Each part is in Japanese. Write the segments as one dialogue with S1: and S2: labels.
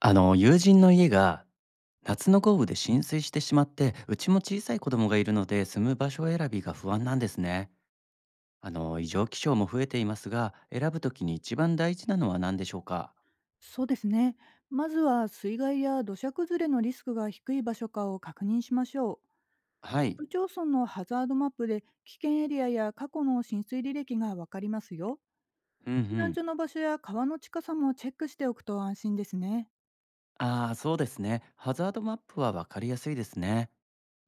S1: 友人の家が夏の豪雨で浸水してしまって、うちも小さい子供がいるので住む場所選びが不安なんですね。異常気象も増えていますが、選ぶときに一番大事なのは何でしょうか？
S2: そうですね。まずは水害や土砂崩れのリスクが低い場所かを確認しましょう。
S1: はい。
S2: 市町村のハザードマップで危険エリアや過去の浸水履歴がわかりますよ。
S1: うんう
S2: 避難
S1: ん。
S2: 所の場所や川の近さもチェックしておくと安心ですね。
S1: ああー、そうですね。ハザードマップはわかりやすいですね。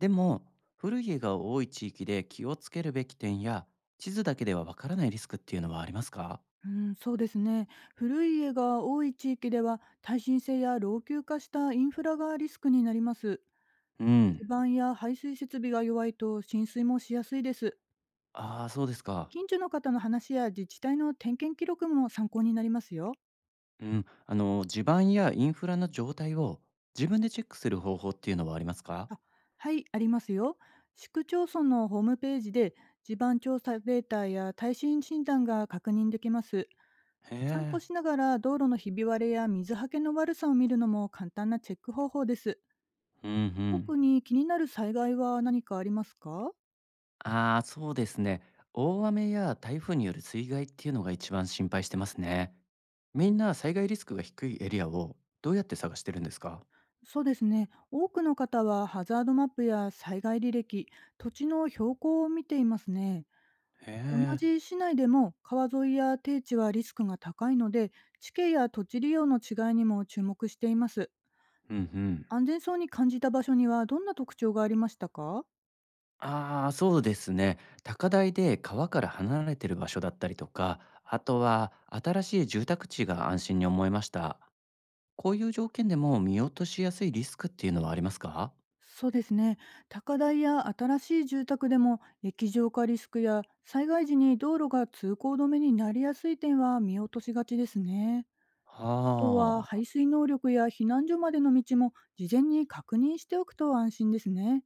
S1: でも、古い家が多い地域で気をつけるべき点や、地図だけではわからないリスクっていうのはありますか？
S2: うん、そうですね。古い家が多い地域では耐震性や老朽化したインフラがリスクになります。
S1: うん。
S2: 地盤や排水設備が弱いと浸水もしやすいです。
S1: ああー、そうですか。
S2: 近所の方の話や自治体の点検記録も参考になりますよ。
S1: うん、あの、地盤やインフラの状態を自分でチェックする方法っていうのはありますか？
S2: あ、はい、ありますよ。市区町村のホームページで地盤調査データや耐震診断が確認できます。
S1: へ
S2: 散歩
S1: え、
S2: しながら道路のひび割れや水はけの悪さを見るのも簡単なチェック方法です。
S1: うんうん。
S2: 特に気になる災害は何かありますか？
S1: ああ、そうですね。大雨や台風による水害っていうのが一番心配してますね。みんな災害リスクが低いエリアをどうやって探してるんですか？
S2: そうですね。多くの方はハザードマップや災害履歴、土地の標高を見ていますね。
S1: へ
S2: 同
S1: え、
S2: じ市内でも川沿いや低地はリスクが高いので、地形や土地利用の違いにも注目しています。
S1: うんうん。
S2: 安全そうに感じた場所にはどんな特徴がありましたか？
S1: ああ、そうですね。高台で川から離れてる場所だったりとか、あとは新しい住宅地が安心に思いました。こういう条件でも見落としやすいリスクっていうのはありますか
S2: そうですね。高台や新しい住宅でも液状化リスクや災害時に道路が通行止めになりやすい点は見落としがちですね。あとは排
S1: あ。
S2: 水能力や避難所までの道も事前に確認しておくと安心ですね。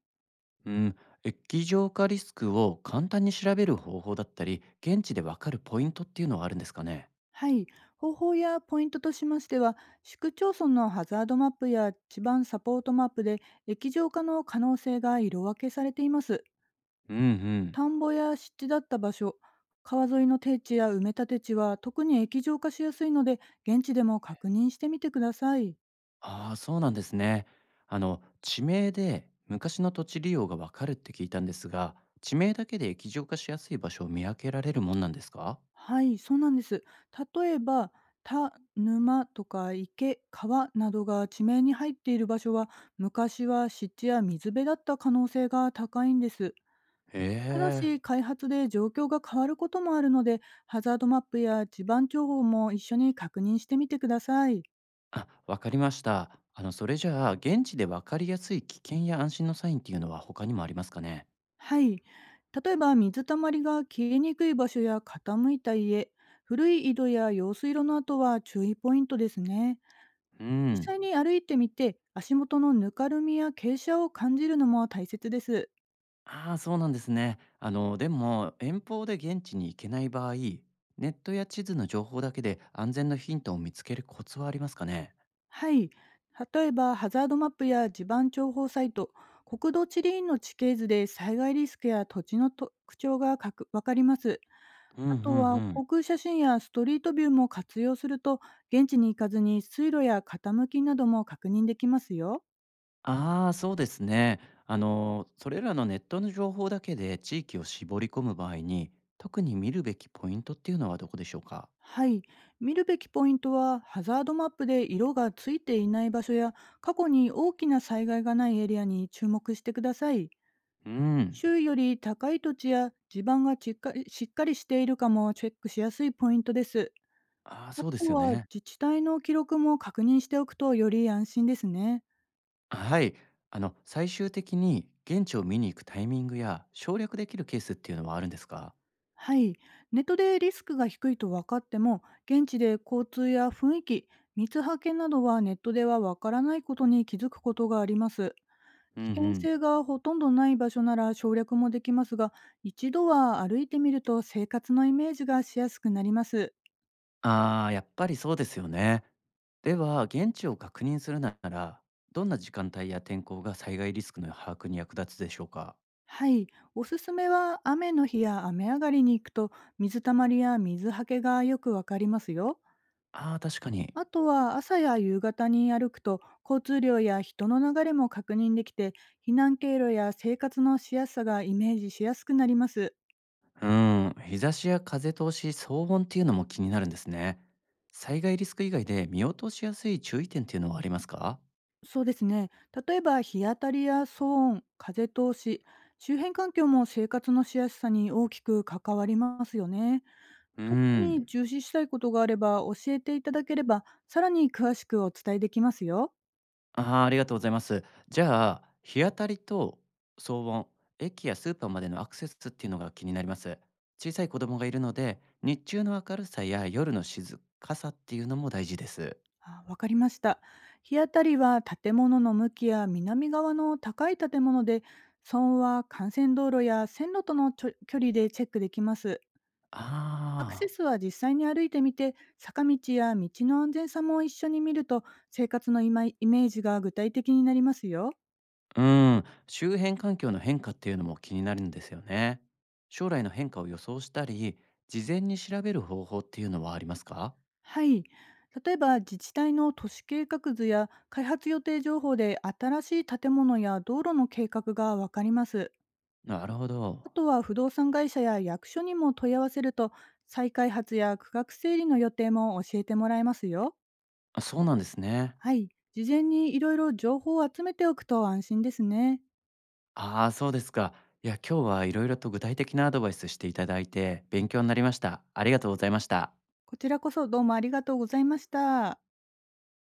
S1: うん。液状化リスクを簡単に調べる方法だったり、現地でわかるポイントっていうのはあるんですかね？
S2: はい。方法やポイントとしましては、市区町村のハザードマップや地盤サポートマップで液状化の可能性が色分けされています。
S1: うんうん。
S2: 田んぼや湿地だった場所、川沿いの低地や埋め立て地は特に液状化しやすいので、現地でも確認してみてください。
S1: ああ、そうなんですね。あの、地名で昔の土地利用がわかるって聞いたんですが、地名だけで液状化しやすい場所を見分けられるもんなんですか？
S2: はい、そうなんです。例えば、田、沼とか池、川などが地名に入っている場所は、昔は湿地や水辺だった可能性が高いんです。
S1: へ
S2: ただ
S1: え。
S2: し、開発で状況が変わることもあるので、ハザードマップや地盤情報も一緒に確認してみてください。
S1: あ、わかりました。あの、それじゃあ、現地でわかりやすい危険や安心のサインっていうのは他にもありますかね？
S2: はい。例えば水たまりが消えにくい場所や傾いた家、古い井戸や用水路の跡は注意ポイントですね。
S1: う
S2: 実際
S1: ん。
S2: に歩いてみて足元のぬかるみや傾斜を感じるのも大切です。
S1: ああ、そうなんですね。あの、でも、遠方で現地に行けない場合、ネットや地図の情報だけで安全のヒントを見つけるコツはありますかね？
S2: はい。例えば、ハザードマップや地盤情報サイト、国土地理院の地形図で災害リスクや土地の特徴がかくわかります。
S1: うんうん
S2: あとは、
S1: うん。
S2: 航空写真やストリートビューも活用すると、現地に行かずに水路や傾きなども確認できますよ。
S1: ああ、そうですね。あの、それらのネットの情報だけで地域を絞り込む場合に、特に見るべきポイントっていうのはどこでしょうか？
S2: はい。見るべきポイントは、ハザードマップで色がついていない場所や、過去に大きな災害がないエリアに注目してください。
S1: うん。
S2: 周囲より高い土地や地盤がしっかりしているかもチェックしやすいポイントです。
S1: ああ、
S2: あ
S1: そうで
S2: と
S1: すよ
S2: は
S1: ね。
S2: 自治体の記録も確認しておくとより安心ですね。
S1: はい。あの、最終的に現地を見に行くタイミングや省略できるケースっていうのはあるんですか？
S2: はい。ネットでリスクが低いと分かっても、現地で交通や雰囲気、密派遣などはネットでは分からないことに気づくことがあります。
S1: う
S2: 危険
S1: ん。
S2: 性がほとんどない場所なら省略もできますが、一度は歩いてみると生活のイメージがしやすくなります。
S1: ああ、やっぱりそうですよね。では、現地を確認するなら、どんな時間帯や天候が災害リスクの把握に役立つでしょうか？
S2: はい、おすすめは雨の日や雨上がりに行くと水たまりや水はけがよくわかりますよ。
S1: ああー、確かに。
S2: あとは朝や夕方に歩くと交通量や人の流れも確認できて、避難経路や生活のしやすさがイメージしやすくなります。
S1: うん、日差しや風通し、騒音っていうのも気になるんですね。災害リスク以外で見落としやすい注意点っていうのはありますか？
S2: そうですね。例えば日当たりや騒音、風通し、周辺環境も生活のしやすさに大きく関わりますよね。
S1: う
S2: 特
S1: ん。
S2: に重視したいことがあれば教えていただければ、さらに詳しくお伝えできますよ。
S1: ああ、ありがとうございます。じゃあ、日当たりと騒音、駅やスーパーまでのアクセスっていうのが気になります。小さい子供がいるので、日中の明るさや夜の静かさっていうのも大事です。
S2: あ、わかりました。日当たりは建物の向きや南側の高い建物で、損は幹線道路や線路との距離でチェックできます。アクセ
S1: あ
S2: スは実際に歩いてみて、坂道や道の安全さも一緒に見ると、生活のイマイイメージが具体的になりますよ。
S1: あ、うん、周辺環境の変化っていうのも気になるんですよね。将来の変化を予想したり、事前に調べる方法っていうのはありますか？
S2: はい。例えば自治体の都市計画図や開発予定情報で新しい建物や道路の計画がわかります。
S1: なるほ
S2: あ
S1: ど。
S2: とは不動産会社や役所にも問い合わせると、再開発や区画整理の予定も教えてもらえますよ。
S1: あ、そうなんですね。
S2: はい。事前にいろいろ情報を集めておくと安心ですね。
S1: ああ、そうですか。いや、今日は色々と具体的なアドバイスしていただいて、勉強になりました。ありがとうございました。
S2: こちらこそどうもありがとうございました。